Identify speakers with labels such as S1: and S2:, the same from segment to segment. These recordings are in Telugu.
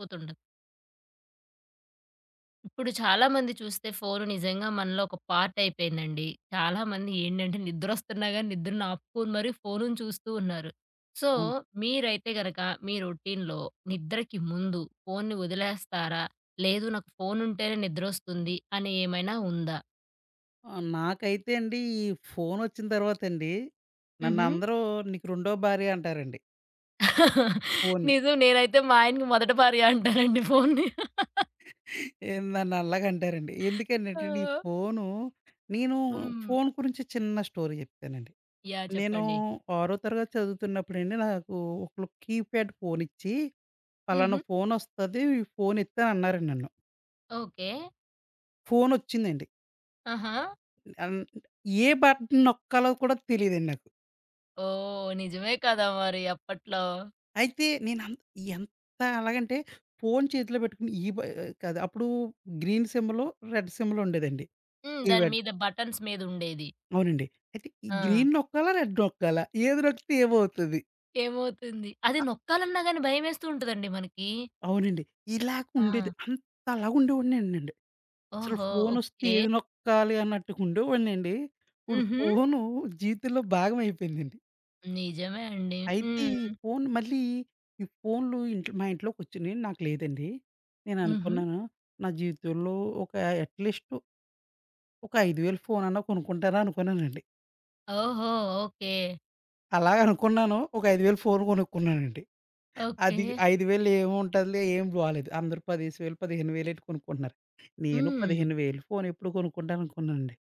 S1: పోతుంటాం. ఇప్పుడు చాలామంది చూస్తే ఫోను నిజంగా మనలో ఒక పార్ట్ అయిపోయిందండి. చాలామంది ఏంటంటే నిద్రొస్తున్నా గాని నిద్రను ఆపుకొని మరి ఫోనుని చూస్తూ ఉన్నారు. సో,
S2: అవును.
S1: మీరైతే గనక మీ రొటీన్‌లో నిద్రకి ముందు ఫోనుని వదిలేస్తారా? లేదు, నాకు ఫోనుంటేనే నిద్రొస్తుంది అని ఏమైనా ఉందా?
S2: ఆ! నాకైతే అండి ఈ ఫోనొచ్చిన తర్వాతండి,
S1: హుహు.
S2: నన్నందరూ "నీకు రెండో భార్య" అంటారండి ఫోన్‌ని.
S1: నిజం, నేనైతే మా ఆయనకి మొదట భార్య అంటానండి ఫోనుని.
S2: ఏం నన్నలాగంటారండి.
S1: ఆ!
S2: ఎందుకనంటే ఈ ఫోను నేను
S1: హ్మ్.
S2: ఫోను గురించి చిన్న స్టోరీ చెప్తానండి.
S1: యాహ్!
S2: నేను
S1: చెప్పండి.
S2: ఆరో తరగతి చదువుతున్నప్పుడండి నాకు ఒకళ్ళు కీప్యాడ్ ఫోనిచ్చి,
S1: హుహు.
S2: "పలానా ఫోనొస్తది ఈ ఫోనిత్తే" అన్నారండి నన్ను.
S1: ఓకే.
S2: ఫోనొచ్చిందండి.
S1: ఆహా!
S2: అన్ ఏ బటన్ నొక్కాలో కూడా తెలీదండి నాకు.
S1: ఓహ్! నిజమే కదా మరి అప్పట్లో.
S2: అయితే ఎంత అలాగంటే ఫోను చేతిలో పెట్టుకుని ఈ బ కాదు, అప్పుడు గ్రీన్ సిమ్‌లు, రెడ్ సిమ్‌లు ఉండేదండి.
S1: హ్మ్. దాని
S2: కీప్యాడ్.
S1: మీద బటన్స్ మీదుండేది.
S2: అవునండి. అయితే ఈ
S1: ఆ!
S2: గ్రీన్ నొక్కాలా? రెడ్ నొక్కాలా? ఏది నొక్కితే ఏమవుతది?
S1: ఏమవుతుంది? అది
S2: అ
S1: నొక్కాలన్నా గాని భయమేస్తూ ఉంటదండి మనకి.
S2: అవునండి. ఇలాగ
S1: ఆ!
S2: ఉండేది. అంతలాగా ఉండేవాడినేనండి. అసలు
S1: ఓహో!
S2: ఫోనొస్తే
S1: ఓకే.
S2: ఏది నొక్కాలి అన్నట్టుగా ఉండేవాడినండి. ఇప్పుడు
S1: హుహు.
S2: ఫోను జీవితంలో భాగం అయిపోయిందండి.
S1: నిజమే అండి.
S2: అయితే
S1: హ్మ్.
S2: ఈ ఫోను మళ్ళీ ఈ ఫోన్లు మా ఇంట్లోకొచ్చినియి నాకు లేదండి.
S1: హుహు.
S2: నేననుకున్నాను నా జీవితంలో ఒక అట్‌లీస్ట్ ఒక 5,000 ఫోనన్నా కొనుక్కుంటాను అనుకున్నానండి.
S1: ఓహో! ఓకే.
S2: అలాగ అనుకున్నాను. ఒక 5,000 ఫోను కొనుక్కున్నానండి.
S1: ఓకే.
S2: అది 5,000 ఏముంటదిలే, ఏం బాలేదు. అందరూ 10,000, 15,000 ఎట్టి కొనుక్కుంటున్నారు. నేను
S1: హ్మ్.
S2: 15,000 ఫోను ఎప్పుడు కొనుక్కుంటాను అనుకున్నానండి.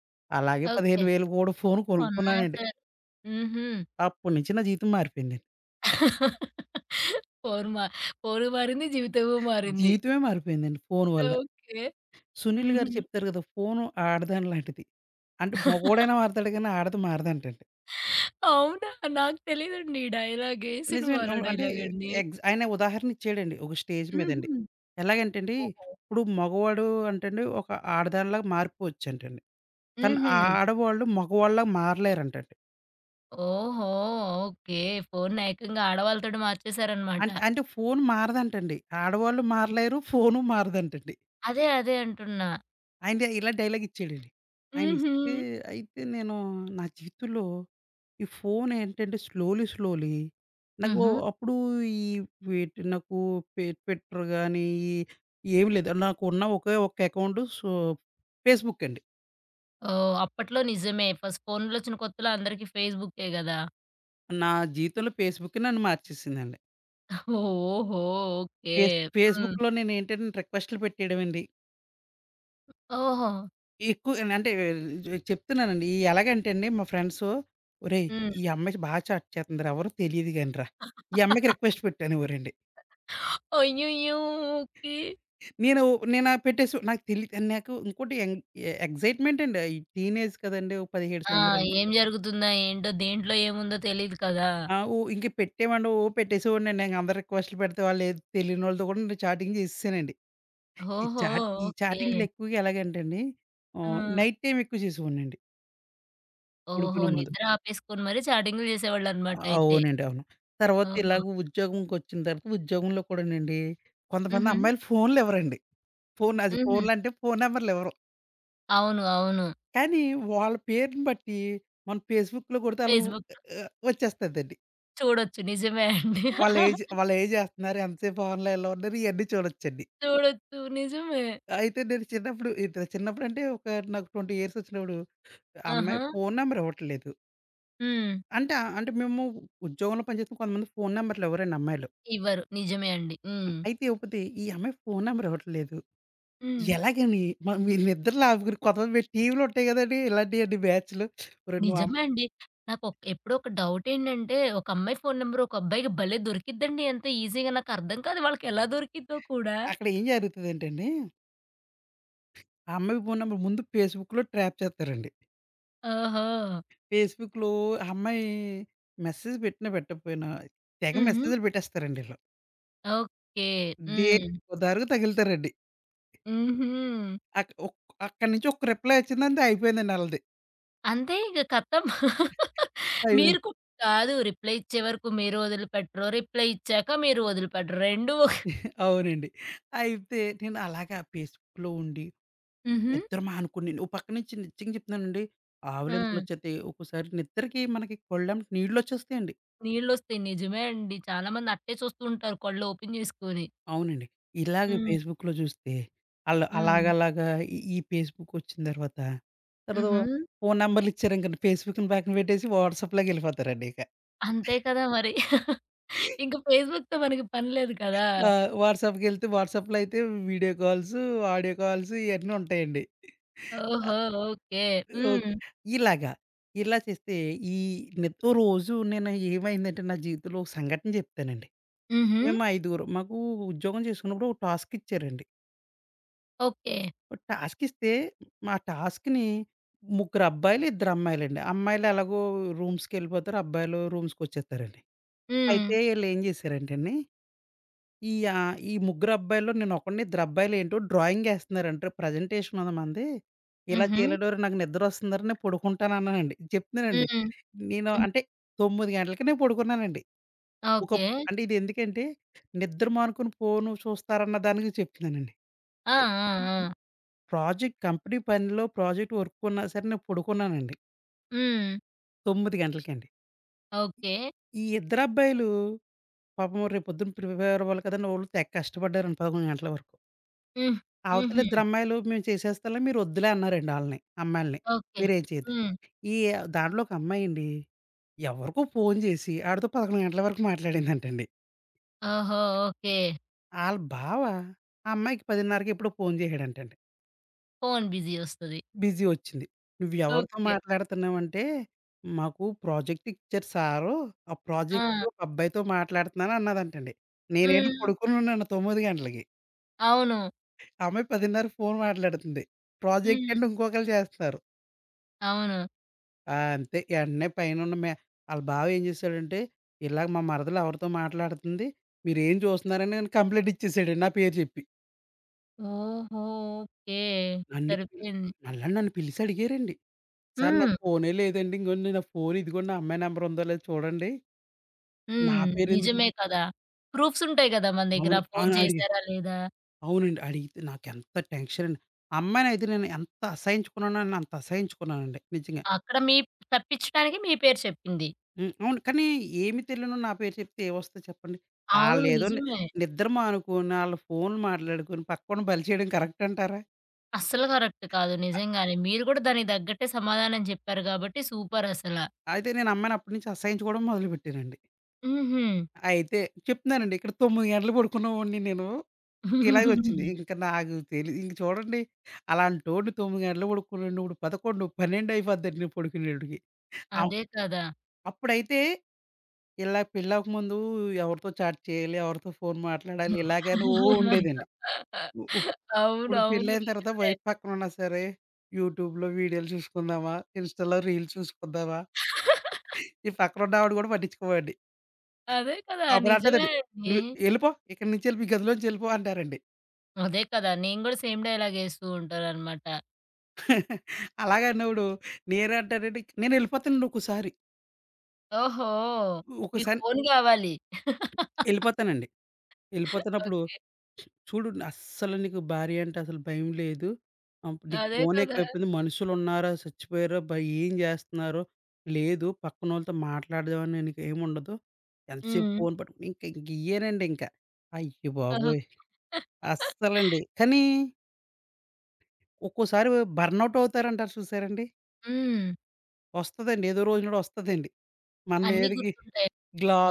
S2: అలాగే
S1: ఓకే.
S2: 15,000 కూడా ఫోను కొనుక్కున్నానండి.
S1: కొన్నేసారు. హుహు.
S2: అప్పటి నుంచి నా జీవితం మారిపోయిందండి.
S1: పోరు మా పోరు మారింది. జీవితము మారింది.
S2: జీవితమే మారిపోయిందండి ఫోను వల్ల.
S1: ఓకే.
S2: సునీల్
S1: హుహు.
S2: గారు చెప్తారు కదా! ఫోను ఆడదాని లాంటిది. అంటే మగోడైనా మారతాడు గానీ, ఆడది మారదంటండి.
S1: అవునా? నాకు తెలీదండి ఈ డైలాగే.
S2: నిజమే,
S1: సినిమాలో
S2: అవును. అంటే
S1: డైలాగండి.
S2: ఆయన ఉదాహరణ ఇచ్చాడండి ఒక స్టేజ్ మీదండి.
S1: హుహు.
S2: ఎలాగంటేండి,
S1: ఓహో!
S2: ఇప్పుడు మగవాడు అంటండి ఒక ఆడదానిలాగా మారిపోవచ్చంటండి. కానీ
S1: హుహు.
S2: ఆ ఆడవాళ్ళు మగవాళ్ళలాగా మారలేరంటండి.
S1: ఓహో! ఓకే. ఫోన్‌ని ఏకంగా ఆడవాళ్ళతోటి మార్చేసారనమాట.
S2: అంటే అంటే ఫోను మారదంటండి. ఆడవాళ్ళు మారలేరు, ఫోను మారదంటండి.
S1: అదే, అదే అంటున్నా.
S2: ఆయన ఇలా డైలాగ్ ఇచ్చాడండి.
S1: హుహు.
S2: ఆయనిస్తే అయితే నేను నా జీవితంలో ఈ ఫోన్ ఏంటంటే స్లోలీ స్లోలీ నాకు
S1: హుహు.
S2: అప్పుడు ఈ వీటి నాకు ట్విట్టర్ గానీ, ఈ ఏమి లేదు. నాకు ఉన్న ఒకే ఒక్క అకౌంట్ సో, ఫేస్‌బుక్ అండి.
S1: ఓహ్! అప్పట్లో నిజమే. ఫస్ట్ ఫోన్‌లొచ్చిన కొత్తలో అందరికి ఫేస్‌బుక్కే గదా!
S2: నా జీవితంలో ఫేస్‌బుక్కే నన్ను మార్చేసిందండి.
S1: ఓహో! ఓకే.
S2: ఫేస్
S1: హ్మ్.
S2: ఫేస్‌బుక్‌లో నేనేంటంటే రిక్వెస్ట్‌లు పెట్టేయడమండి.
S1: ఓహో!
S2: ఎక్కువ అంటే ఏ, చెప్తున్నానండి. ఈ ఎలాగంటే అండి మా ఫ్రెండ్సు, "ఒరేయ్!
S1: హ్మ్.
S2: ఈ అమ్మాయి బా చాట్ చేస్తుందిరా, ఎవరో తెలియదు గానిరా. ఈ అమ్మాయికి రిక్వెస్ట్ పెట్టు" అనేవారండి.
S1: అయ్యయ్యో! ఓకే.
S2: నేను, నేనా పెట్టేసి, నాకు ఇంకోటి ఎక్సైట్‌మెంట్ అండి. ఈ టీనేజ్ కదండీ! ఓ 17
S1: ఆ!
S2: సంవత్సరాలు.
S1: ఏం జరుగుతుందా ఏంటో, దేంట్లో ఏముందో తెలీదు కదా!
S2: ఆ! ఓ ఇంక పెట్టేవాడిని. ఓ పెట్టేసేవాడినండి. ఇంక అందరు రిక్వెస్ట్‌లు పెడితే వాళ్ళేది, తెలియనోళ్ళతో కూడా నేను చాటింగ్ చేసేసానండి. ఈ
S1: ఓహో!
S2: చాట్ ఈ
S1: ఓకే.
S2: చాటింగ్‌లు ఎక్కువగా ఎలాగంటేండి,
S1: ఆ!
S2: నైట్ టైమ్ ఎక్కువ చేసేవాడినండి.
S1: ఓహో!
S2: పడుకునే ముందు.
S1: నిద్ర ఆపేసుకొని మరి చాటింగులు చేసేవాళ్ళనమాట అయితే.
S2: అవునండి. అవును. తర్వాత
S1: ఓహో!
S2: ఇలాగ ఉద్యోగంకొచ్చిన తర్వాత ఉద్యోగంలో కూడానండి కొంతమంది
S1: హుహు.
S2: అమ్మాయిలు ఫోన్‌లివ్వరండి.
S1: హుహు.
S2: ఫోన్‌లంటే ఫోను నంబర్‌లివ్వరు.
S1: అవును, అవును.
S2: కానీ వాళ్ళ పేరుని బట్టి మనం ఫేస్‌బుక్‌లో కొడితే ఆళ్ళు
S1: ఫేస్‌బుక్‌లో
S2: వచ్చేస్తదండి.
S1: చూడొచ్చు. నిజమే అండి.
S2: వాళ్ళ ఏజ్, వాళ్ళు ఏం జేస్తున్నారు? ఎంతసేపు ఆన్‌లైన్‌లో ఉన్నారు? ఇయన్నీ చూడొచ్చండి.
S1: చూడొచ్చు. నిజమే.
S2: అయితే నేను చిన్నప్పుడు, ఇది చిన్నప్పుడంటే ఒక నాకు 20 ఇయర్స్ వచ్చినప్పుడు ఆ
S1: ఆహా!
S2: అమ్మాయి ఫోను నంబర్ ఇవ్వట్లేదు.
S1: హ్మ్.
S2: అంటే మేము ఉద్యోగంలో పనిచేస్తున్న కొంతమంది ఫోను నంబర్‌లు ఇవ్వరండి అమ్మాయిలు.
S1: ఇవ్వరు. నిజమే అండి. హ్మ్.
S2: అయితే ఇవ్వకపోతే ఈ అమ్మాయి ఫోను నంబర్ ఇవ్వట్లేదు.
S1: హ్మ్.
S2: ఎలాగని, మీ నిద్రలో ఆపుకుని కొంతమంది టీవీలో ఉంటాయి గదండీ! ఇలాంటియన్ని బ్యాచ్‌లు. ఒరేయ్! నువ్వు అమ్
S1: నిజమే అండి. ఎప్పుడో ఒక డౌట్ ఏంటంటే, ఒక అమ్మాయి ఫోను నంబర్ ఒక అబ్బాయికి భలే దొరికిద్దండి ఎంత ఈజీగా. నాకర్థం కాదు వాళ్ళకెలా దొరికిద్దో కూడా.
S2: అక్కడ ఏం జరుగుతదంటేండి, ఆ అమ్మాయి ఫోన్ నంబర్ ముందు ఫేస్‌బుక్‌లో ట్రాప్ చేత్తారండి.
S1: ఓహో!
S2: ఫేస్‌బుక్‌లో ఆ అమ్మాయి మెసేజ్ పెట్టినా పెట్టకపోయినా, తెగ
S1: హుహు.
S2: మెసేజ్‌లు పెట్టేస్తారండి ఈళ్ళు.
S1: ఓకే. హ్మ్.
S2: దేనికో దారికి తగులుతారండి.
S1: హుహు.
S2: అక్ ఒక్ అక్కడి నుంచి ఒక్క రిప్లై వచ్చిందంతే అయిపోయిందండి ఆళ్ళది.
S1: అంతే ఇగ ఖతం. మీరు
S2: అయిపోయింది.
S1: కు కాదు, రిప్లై ఇచ్చే వరకు మీరు వదిలిపెట్టరు. రిప్లై ఇచ్చాక మీరు వదిలిపెట్టరు. 2
S2: అవునండి. అయితే నేను అలాగా ఫేస్‌బుక్‌లో ఉండి,
S1: హుహు.
S2: నిద్ర మానుకుని, ఓ పక్క నుంచి నిజంగా చెప్తున్నానండి ఆవులింతలు
S1: ఆ!
S2: వచ్చేత్తాయి. ఒక్కోసారి నిద్రకి మనకి కళ్ళెమ్మట నీళ్లొచ్చేస్తాయండి.
S1: నీళ్ళొస్తాయి. నిజమే అండి. చాలా మంది అట్టే చూస్తూ ఉంటారు కళ్ళు ఓపెన్ చేసుకొని.
S2: అవునండి. ఇలాగే
S1: హ్మ్.
S2: ఫేస్‌బుక్‌లో చూస్తే ఆళ్ళు
S1: హ్మ్.
S2: అలాగలాగా, ఈ ఈ ఫేస్‌బుక్ వచ్చిన తర్వాత,
S1: హుహు.
S2: ఫోను నంబర్‌లు ఇచ్చారనుకో, ఫేస్‌బుక్‌ని పక్కన పెట్టేసి వాట్సాప్‌లోకి వెళ్ళిపోతారండి ఇక.
S1: అంతే కదా మరి. ఇంక ఫేస్‌బుక్‌తో మనకి పని లేదు కదా!
S2: ఆ! వాట్సాప్‌కెళ్తే వాట్సాప్‌లో అయితే వీడియో కాల్స్, ఆడియో కాల్స్, ఇయన్నీ ఉంటాయండి.
S1: ఓహో! ఓకే.
S2: ఓకే.
S1: హ్మ్.
S2: ఇలాగా, ఇలా చేస్తే ఈ నిత్ ఓ రోజు నేను ఏమైందంటే నా జీవితంలో ఒక సంఘటన చెప్తానండి.
S1: హుహు.
S2: మేము ఐదుగురం, మాకు ఉద్యోగం చేసుకున్నప్పుడు ఒక టాస్క్ ఇచ్చారండి.
S1: ఓకే.
S2: టాస్క్ ఇస్తే మా టాస్క్‌ని ముగ్గురు అబ్బాయిలు, ఇద్దరు అమ్మాయిలండి. అమ్మాయిలు ఎలాగో రూమ్స్‌కెళ్ళిపోతారు. అబ్బాయిలు రూమ్స్‌కొచ్చేస్తారండి.
S1: హ్మ్.
S2: అయితే ఈళ్ళేం చేశారంటేండి, ఈ ముగ్గురు అబ్బాయిల్లో నేను ఒకడిని, ఇద్దరు అబ్బాయిలేంటో డ్రాయింగ్ ఏస్తన్నారంట. ప్రజెంటేషన్ ఉంది మనది. ఇలా
S1: హుహు.
S2: చేయలేడోరు, నాకు నిద్రొస్తుందిరా, నేను పడుకుంటానన్నానండి. చెప్తున్నానండి.
S1: హ్మ్.
S2: నేను
S1: హ్మ్.
S2: అంటే 9 గంటలకి నేను పడుకున్నానండి.
S1: ఓకే.
S2: అంటే ఇది ఎందుకంటే నిద్ర మానుకుని ఫోను చూస్తారన్న దానికి చెప్తున్నానండి.
S1: ఆ! ఆ! ఆ!
S2: ప్రాజెక్ట్, కంపెనీ పనిలో ప్రాజెక్ట్ వర్క్ ఉన్నా సరే నేను పడుకున్నానండి.
S1: హ్మ్.
S2: 9 గంటలకండి.
S1: ఓకే.
S2: ఈ ఇద్దరబ్బాయిలు, పాపం రేపొద్దున ప్రిపేర్ అవ్వాలి కదండీ! వోళ్ళు తెగ కష్టపడ్డారండి 11 గంటల వరకు.
S1: హ్మ్.
S2: అవతల
S1: హుహు.
S2: ఇద్దరమ్మాయిలు, మేము చేసేస్తాంలే మీరు వద్దులే అన్నారండి ఆళ్ళని, అమ్మాయిల్ని.
S1: ఓకే.
S2: మీరేం చేయొద్దని.
S1: హ్మ్.
S2: ఈ దాంట్లో ఒక అమ్మాయండి ఎవరికో ఫోను చేసి ఆడితో 11 గంటల వరకు మాట్లాడిందంటండి.
S1: ఓహో! ఓకే.
S2: ఆళ్ళ బావ ఆ అమ్మాయికి 10:30కి ఎప్పుడో ఫోను చేసాడంటండి.
S1: ఫోన్ బిజీ ఒస్తది.
S2: బిజీ వచ్చింది. "నువ్వెవరితో
S1: ఓకే.
S2: మాట్లాడుతున్నావంటే, మాకు ప్రాజెక్ట్ ఇచ్చారు సారు. ఆ
S1: ఆ!
S2: ప్రాజెక్ట్‌లో ఒక అబ్బాయితో మాట్లాడుతున్నాను" అన్నదంటండి. నేనేంటి
S1: హ్మ్.
S2: పడుకొనున్నాను 9 గంటలకి.
S1: అవును.
S2: ఆ అమ్మాయి 10:30కి ఫోన్ మాట్లాడుతుంది. ప్రాజెక్ట్
S1: హ్మ్.
S2: అంటే ఇంకొకళ్ళు చేస్తున్నారు.
S1: అవును.
S2: ఆ! అంతే, వెంటనే పైనున్న మే ఆళ్ళ బావ ఏం చేశాడంటే, "ఇలాగ మా మరదలు ఎవరితో మాట్లాడుతుంది, మీరేం చూస్తున్నారని" అని కంప్లెయింట్ ఇచ్చేసాడండి నా పేరు చెప్పి.
S1: ఓహో! ఓకే.
S2: నన్ను పిల్
S1: సరిపోయింది.
S2: మళ్ళా నన్ను పిలిచి అడిగారండి. "సారు
S1: హ్మ్.
S2: నాకు ఫోనే లేదండి. ఇగోండి నా ఫోన్ ఇదిగోండి, ఆ అమ్మాయి నంబర్ ఉందో లేదో చూడండి." నా
S1: హ్మ్.
S2: పేరెందుకు
S1: నిజమే
S2: చెప్
S1: కదా! ప్రూఫ్స్ ఉంటాయి గదా మన దగ్గర.
S2: అవును,
S1: ఫోను
S2: అవును, అడిగా.
S1: చేశారా లేదా?
S2: అవునండి. అడిగితే నాకెంత టెన్షన్ అండి. ఆ అమ్మాయినయితే నేను ఎంత అసహించుకున్నానని అంత అసహించుకున్నానండి, నిజంగా.
S1: అక్కడ మీ తప్పించడానికి మీ పేరు చెప్పింది.
S2: హ్మ్. అవును. కానీ ఏమి తెలియనోడు నా పేరు చెప్తే ఏమొస్తది చెప్పండి.
S1: అవును,
S2: ఆళ్ళేదో ని
S1: నిజమే.
S2: నిద్ర మానుకోని, ఆళ్ళ ఫోన్లు మాట్లాడుకొని, పక్కోడిని బలి చేయడం కరెక్ట్ అంటారా?
S1: అస్సలు కరెక్ట్ కాదు.
S2: అ
S1: నిజంగానే. మీరు కూడా దానికి తగ్గట్టే సమాధానం చెప్పారు గాబట్టి సూపర్ అసల.
S2: అయితే నేను అమ్మాయిని అప్పటి నుంచి అసహించుకోవడం మొదలుపెట్టానండి.
S1: హుహు.
S2: అయితే చెప్తున్నానండి, ఇక్కడ 9 గంటలు పడుకునేవాడిని నేను. ఇలాగే వచ్చింది. ఇంక నాకు తెలి, ఇంక చూడండి, అలాంటోడిని 9 గంటలకు పడుకునేవాడిని. ఇప్పుడు 11, 12 అయిపోద్దండి నేను పడుకునేటప్పటికి. అవ్
S1: అదే కదా!
S2: అప్పుడైతే ఇలా పెళ్ళవక ముందు ఎవరితో చాట్ చేయాలి, ఎవరితో ఫోన్ మాట్లాడాలి ఇలాగని ఓ ఉండేదండి. ఉ ఇప్పుడు
S1: అవునవును.
S2: పెళ్ళైన తర్వాత
S1: నిజమే.
S2: వైఫ్ పక్కన ఉన్నా సరే యూట్యూబ్‌లో వీడియోలు చూసుకుందామా, ఇన్‌స్టాలో రీల్స్ చూసుకుందామా, ఈ పక్కనున్న ఆవిడ కూడా పట్టించుకోమండి.
S1: అదే కదా!
S2: అప్పుడు
S1: నిజమే
S2: అంటదండి,
S1: అండి.
S2: "నువ్వు ఎళ్ళిపో, ఇక్కడి నుంచి ఎళ్ళిపో, ఈ గదిలోంచి ఎళ్ళిపో" అంటారండి.
S1: అదే కదా! నేను గూడా సేమ్ డైలాగ్ యేస్తూ ఉంటాననమాట.
S2: అలాగన్నప్పుడు నేనంటానండి, "నేనెళ్ళిపోతానండి ఒక్కోసారి."
S1: ఓహో! మీకు
S2: ఒకసారి
S1: ఫోను గావాలి.
S2: ఎళ్ళిపోతానండి. ఎళ్ళిపోతున్నప్పుడు
S1: ఓకే.
S2: చూడు, అస్సలు నీకు భార్య అంటే అసలు భయం లేదు. నీకు
S1: అదే
S2: ఫోనే
S1: కదా!
S2: ఎక్కువైపోయింది. మనుషులున్నారా? సచ్చిపోయారా? ఏం జేస్తున్నారో లేదు. పక్కనోళ్ళతో మాట్లాడదామని నీకేముండదు. ఎంతసేపు
S1: హ్మ్.
S2: ఫోను పట్టుకుని ఇంకా ఇంక ఇంకియ్యేనండి ఇంక. అయ్య
S1: ఓహ్!
S2: బాబోయ్! అస్సలండి. కానీ ఒక్కోసారి బర్నౌట్ అవుతారంటారు చూసారండి?
S1: హ్మ్.
S2: వస్తదండి. ఏదో రోజు నాడొస్తదండి. మనం
S1: అన్నీ
S2: ఏదికి
S1: గుర్తుంటాయి.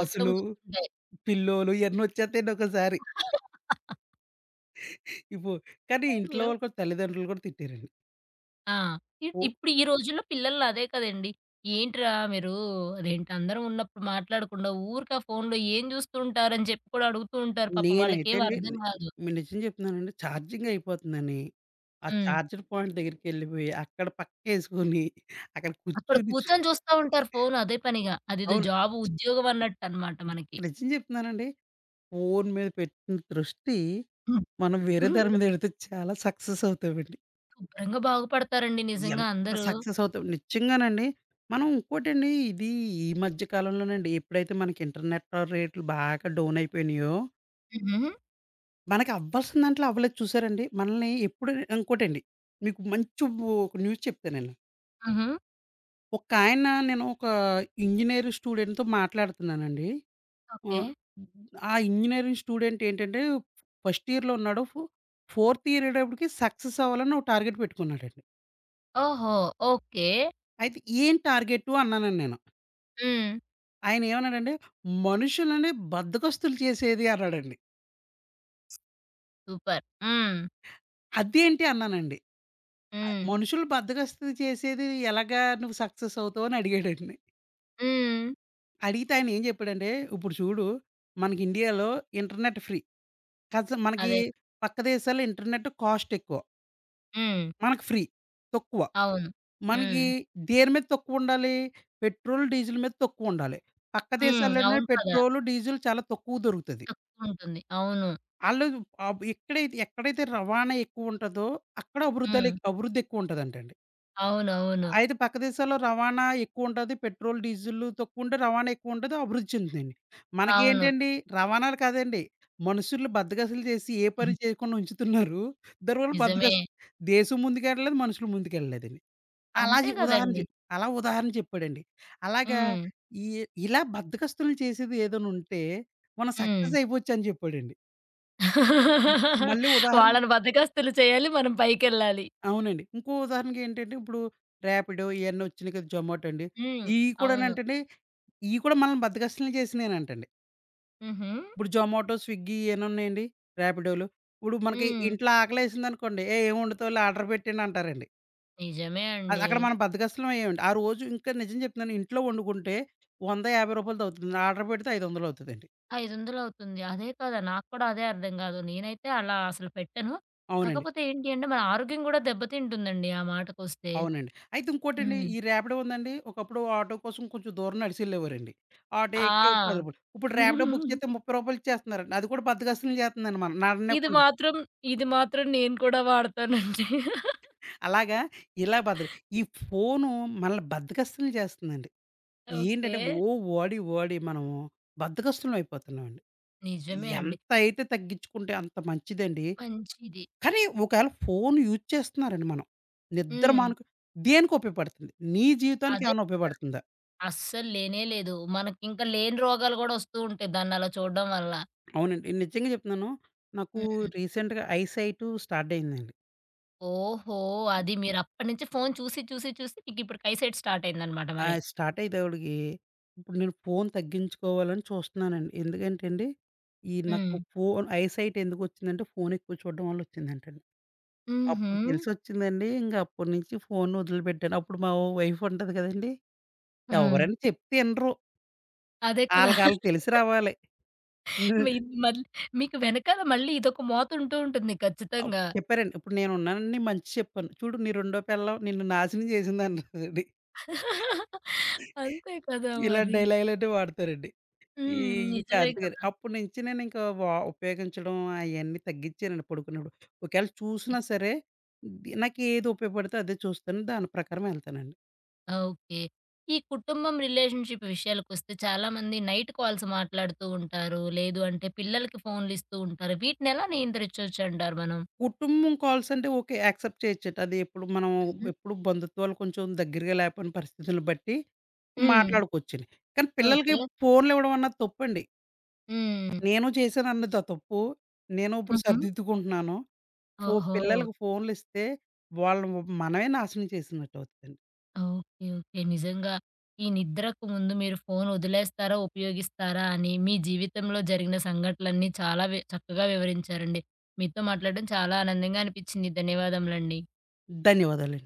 S1: మొత్తం గుర్తుంటాయి.
S2: పిల్లోలు, ఇయన్నీ వచ్చేత్తాయండి ఒకోసారి. ఇప్పు కానీ ఇంట్లో
S1: అయ్యో!
S2: వాళ్ళు కూడా, తల్లిదండ్రులు కూడా తిట్టారండి.
S1: ఆ!
S2: ఓ,
S1: ఇప్పుడు ఈ రోజుల్లో పిల్లల్ని అదే కదండీ! ఏంట్రా మీరు అదేంటి అందరం ఉన్నప్పుడు మాట్లాడకుండా ఊరికే ఆ ఫోనులో ఏం జూస్తుంటారని చెప్పి కూడా అడుగుతూ ఉంటారు. పాపం
S2: నేనైతే
S1: వాళ్ళకేమి
S2: అండి,
S1: అర్థం గాదు.
S2: నిజం చెప్తున్నానండి, ఛార్జింగ్ అయిపోతుందని, ఆ
S1: హ్మ్.
S2: ఛార్జర్ పాయింట్ దగ్గరికెళ్ళిపోయి, అక్కడ పక్కేసుకొని, అక్కడ
S1: అక్కడ
S2: కూర్చొని
S1: కూర్చొని చూస్తా ఉంటారు ఫోను అదే పనిగా. అదేదో
S2: అవును.
S1: జాబు, ఉద్యోగం అన్నట్టనమాట మనకి.
S2: నిజం చెప్తున్నానండి. ఫోను మీద పెట్టిన దృష్టి
S1: హ్మ్.
S2: మనం వేరే దాని మీద పెడితే చాలా సక్సెస్ అవుతామండి.
S1: శుభ్రంగా బాగుపడతారండి నిజంగా
S2: ఎంత
S1: అందరూ.
S2: సక్సెస్ అవుతాం నిజంగానండి. మనం ఇంకోటండి, ఇది ఈ మధ్య కాలంలోనండి ఎప్పుడైతే మనకి ఇంటర్నెట్ రేట్లు బాగా డౌన్ అయిపోయినాయో
S1: హుహు.
S2: మనకి అవ్వాల్సిన దాంట్లో అవ్వలేదు చూసారండి. మనల్ని ఎప్పుడు, ఇంకోటండి. మీకు మంచి ఒక న్యూస్ చెప్తానండి.
S1: హుహు.
S2: ఒకాయన, నేను ఒక ఇంజినీర్ స్టూడెంట్‌తో మాట్లాడుతున్నానండి.
S1: ఓకే.
S2: ఆహ్, ఆ ఇంజినీరింగ్ స్టూడెంట్ ఏంటంటే ఫస్ట్ ఇయర్‌లో ఉన్నాడు. ఫోర్త్ ఇయర్ అయ్యేటప్పటికి సక్సెస్ అవ్వాలని ఒక టార్గెట్ పెట్టుకున్నాడండి.
S1: ఓహో! ఓకే.
S2: అయితే ఏం టార్గెటు అన్నానండి నేను.
S1: హ్మ్.
S2: ఆయన ఏమన్నాడంటే, మనుషులని బద్ధకస్తులు చేసేది అన్నాడండి.
S1: సూపర్. హ్మ్.
S2: అదేంటి అన్నానండి.
S1: హ్మ్.
S2: మనుషులు బద్ధకస్తులు చేసేది ఎలాగా నువ్వు సక్సెస్ అవుతావు అని అడిగాడండి.
S1: హ్మ్.
S2: అడిగితే ఆయన ఏం చెప్పాడంటే, "ఇప్పుడు చూడు, మనకి ఇండియాలో ఇంటర్నెట్ ఫ్రీ. కాస్త మనకి
S1: అదే.
S2: పక్క దేశాల్లో ఇంటర్నెట్ కాస్ట్ ఎక్కువ.
S1: హ్మ్.
S2: మనకి ఫ్రీ, తక్కువ.
S1: అవును. హ్మ్.
S2: మనకి దేని మీద తక్కువుండాలి? పెట్రోల్, డీజిల్ మీద తక్కువుండాలి. పక్క
S1: హ్మ్.
S2: దేశాల్లోనే
S1: అవును కదా!
S2: పెట్రోలు, డీజిల్ చాలా తక్కువ దొరుకుతది.
S1: తక్కువుంటుంది. అవును.
S2: ఆళ్ళు ఎక్కడైతే ఎక్కడైతే రవాణా ఎక్కువుంటదో అక్కడ
S1: హ్మ్.
S2: అభివృద్ధి ఎక్కువుంటదంటండి."
S1: అవునవును.
S2: అయితే పక్క దేశాల్లో రవాణా ఎక్కువుంటది. పెట్రోల్, డీజిల్లు తక్కువుంటే రవాణా ఎక్కువుంటది. అభివృద్ధి చెందుతాయండి.
S1: అవును,
S2: మనకేంటండి రవాణాలు కాదండి. మనుషుల్ని బద్దగస్తులు చేసి ఏ పని చేయకుండా ఉంచుతున్నారు. దానివల్ల
S1: నిజమే.
S2: బద్దగస్తులు, దేశం ముందుకెళ్ళలేదు, మనుషులు ముందుకెళ్ళలేదండి. అలా
S1: అంతే
S2: జె ఉదాహరణ
S1: గదండీ.
S2: జె అలా ఉదాహరణ చెప్పాడండి. అలాగా
S1: హ్మ్.
S2: ఈ ఇలా బద్దకస్తుల్ని చేసేది ఏదైనా ఉంటే మనం
S1: హ్మ్.
S2: సక్సెస్ అయిపోవచ్చని చెప్పాడండి. మ మళ్ళీ ఉదాహరణ
S1: వాళ్ళని బద్దకస్తులు చేయాలి. మనం పైకెళ్ళాలి.
S2: అవునండి. ఇంకో ఉదాహరణకేంటంటే, ఇప్పుడు ర్యాపిడో ఇయన్నీ వచ్చినాయి కదా! జొమాటో అండి.
S1: హ్మ్.
S2: ఇయి
S1: అవును.
S2: కూడానంటండి, ఇయి కూడా మనల్ని బద్ధకస్తుల్ని చేసినియేనంటండి.
S1: హుహు.
S2: ఇప్పుడు జొమాటో, స్విగ్గీ, ఇయన్నున్నాయండి. రాపిడోలు. ఇప్పుడు మనకి
S1: హ్మ్.
S2: ఇంట్లో ఆకలేసిందనుకోండి, "ఏ ఏం వండుతావులే, ఆర్డర్ పెట్టేయండి" అంటారండి.
S1: నిజమే
S2: అది,
S1: అండి.
S2: అక్కడ మనం బద్ధకస్తులం అయ్యామండి. ఆ రోజు ఇంకా, నిజం చెప్తున్నాను, ఇంట్లో వండుకుంటే రూ. 100, రూ. 50 అవుతుంది. ఆర్డర్ పెడితే 500 అవుతదండి.
S1: 500 అవుతుంది. అదే కదా! నాకు కూడా అదే అర్థం కాదు. నేనైతే అలా అసలు పెట్టను.
S2: అవునండి.
S1: కాకపోతే ఏంటి అంటే మన ఆరోగ్యం కూడా దెబ్బతింటుందండి ఆ మాటకొస్తే.
S2: అవునండి. అయితే ఇంకోటండి,
S1: హ్మ్.
S2: ఈ రాపిడో ఉందండి. ఒకప్పుడు ఆటో కోసం కొంచెం దూరం నడిచెళ్ళేవారండి. ఆటో ఎక్కితే రూ.
S1: ఆ!
S2: 10. ఇప్పుడు రాపిడో బుక్ చేస్తే రూ. 30 ఇచ్చేస్తున్నారండి. అది కూడా బద్ధకస్తుల్ని చేస్తుందండి మనం
S1: ఇది
S2: నడనివ్వకుండా.
S1: మాత్రం ఇది మాత్రం నేను కూడా వాడతానండి.
S2: అలాగా ఇలా బద్దలు, ఈ ఫోను మనల్ని బద్ధకస్తుల్ని చేస్తుందండి.
S1: ఓకే.
S2: ఏంటంటే, ఓ వాడి, వాడి మనము బద్ధకస్తులం అయిపోతున్నామండి.
S1: నిజమే అండి.
S2: ఎంత అయితే తగ్గించుకుంటే అంత మంచిదండి.
S1: మంచిది.
S2: కానీ ఒకవేళ ఫోను యూజ్ చేస్తున్నారండి మనం. నిద్ర
S1: హ్మ్.
S2: మానుకు, దేనికి ఉపయోగపడుతుంది? నీ జీవితానికి
S1: అదే,
S2: ఏమైనా ఉపయోగపడుతుందా?
S1: అస్సలు లేనే లేదు. మనకింకా లేని రోగాలు కూడా వస్తూ ఉంటాయి దాన్నలా చూడడం వల్ల.
S2: అవునండి, నిజంగా చెప్తున్నాను. నాకు
S1: హ్మ్.
S2: రీసెంట్‌గా ఐ సైటు స్టార్ట్ అయిందండి.
S1: ఓహో! అది మీరు అప్పటినుంచి ఫోను చూసి, చూసి, చూసి మీకిప్పుడు కైసైట్ స్టార్ట్ అయిందనమాట
S2: ఆ!
S1: మరి.
S2: స్టార్ట్ అయ్యేవాడికి ఇప్పుడు నేను ఫోను తగ్గించుకోవాలని చూస్తున్నానండి. ఎందుకంటే అండి, ఈ
S1: హ్మ్.
S2: నాకు ఫోను ఐసైట్ ఎందుకొచ్చిందంటే, ఫోను ఎక్కువ చూడడం వల్ల వచ్చిందంటండి.
S1: హుహు.
S2: అప్పుడు తెలిసొచ్చిందండి. ఇంక అప్పటినుంచి ఫోను వదిలిపెట్టాను. అప్పుడు మా వైఫ్ ఉంటది కదండీ!
S1: హ్మ్.
S2: ఎవరైనా చెప్తే ఇనరు.
S1: అదే కదా!
S2: ఆళ్ళకాళ్ళకి తెలిసి రావాలి. ను
S1: మీ మళ్ళీ మీకు వెనకాల మళ్ళీ ఇదొక మోతుంటూ ఉంటుంది
S2: అప్
S1: ఖచ్చితంగా.
S2: చెప్పారండి. ఇప్పుడు నేనున్నానని మంచి చెప్పాను. చూడు, నీ రెండో పెళ్ళాం నిన్ను నాశనం చేసిందన్నారండి.
S1: అంతే కదా
S2: ఇలాంటి
S1: మరి.
S2: డైలాగులన్నీ వాడతారండి. ఈ
S1: హ్మ్.
S2: ఇంకా
S1: నిజమే
S2: అంతేగాని
S1: కదా!
S2: అప్పటి నుంచి నేనింక ఉపయోగించడం అయన్నీ తగ్గిచ్చానండి పడుకున్నప్పుడు. ఒకేళ చూసినా సరే నాకేది ఉపయోగపడితే అదే చూస్తాను. దాని ప్రకారం ఎళ్తానండి.
S1: ఓకే. ఈ కుటుంబం రిలేషన్‌షిప్ విషయాలకొస్తే చాలామంది నైట్ కాల్స్ మాట్లాడుతూ ఉంటారు. లేదు అంటే పిల్లలకి ఫోన్‌లిస్తూ ఉంటారు. వీటినెలా నియంత్రించొచ్చంటారు మనం?
S2: కుటుంబం కాల్స్ అంటే ఓకే, యాక్సెప్ట్ చేయొచ్చండి. అది ఎప్పుడు మనం,
S1: హ్మ్.
S2: ఎప్పుడు బంధుత్వాలు కొంచెం దగ్గరగా లేపోయిన పరిస్థితులను బట్టి
S1: హ్మ్.
S2: మాట్లాడుకోవచ్చండి. కానీ పిల్లలకి
S1: ఓకే.
S2: ఫోన్‌లు ఇవ్వడం అన్నది తప్పండి.
S1: హ్మ్.
S2: నేను చేశానన్నది ఆ తప్పు. నేను ఇప్పుడు
S1: హుహు.
S2: సరిదిద్దుకుంటున్నాను.
S1: ఓహో!
S2: పిల్లలకి ఫోన్‌లిస్తే వాళ్ళని మనమే నాశనం చేసినట్టవుతదండి.
S1: ఓకే. ఓకే. నిజంగా ఈ నిద్రకు ముందు మీరు ఫోను వదిలేస్తారా? ఉపయోగిస్తారా? అని మీ జీవితంలో జరిగిన సంఘటనలన్నీ చాలా చక్కగా వివరించారండి. మీతో మాట్లాడడం చాలా ఆనందంగా అనిపిచ్చింది. ధన్యవాదములండి.
S2: ధన్యవాదాలండి.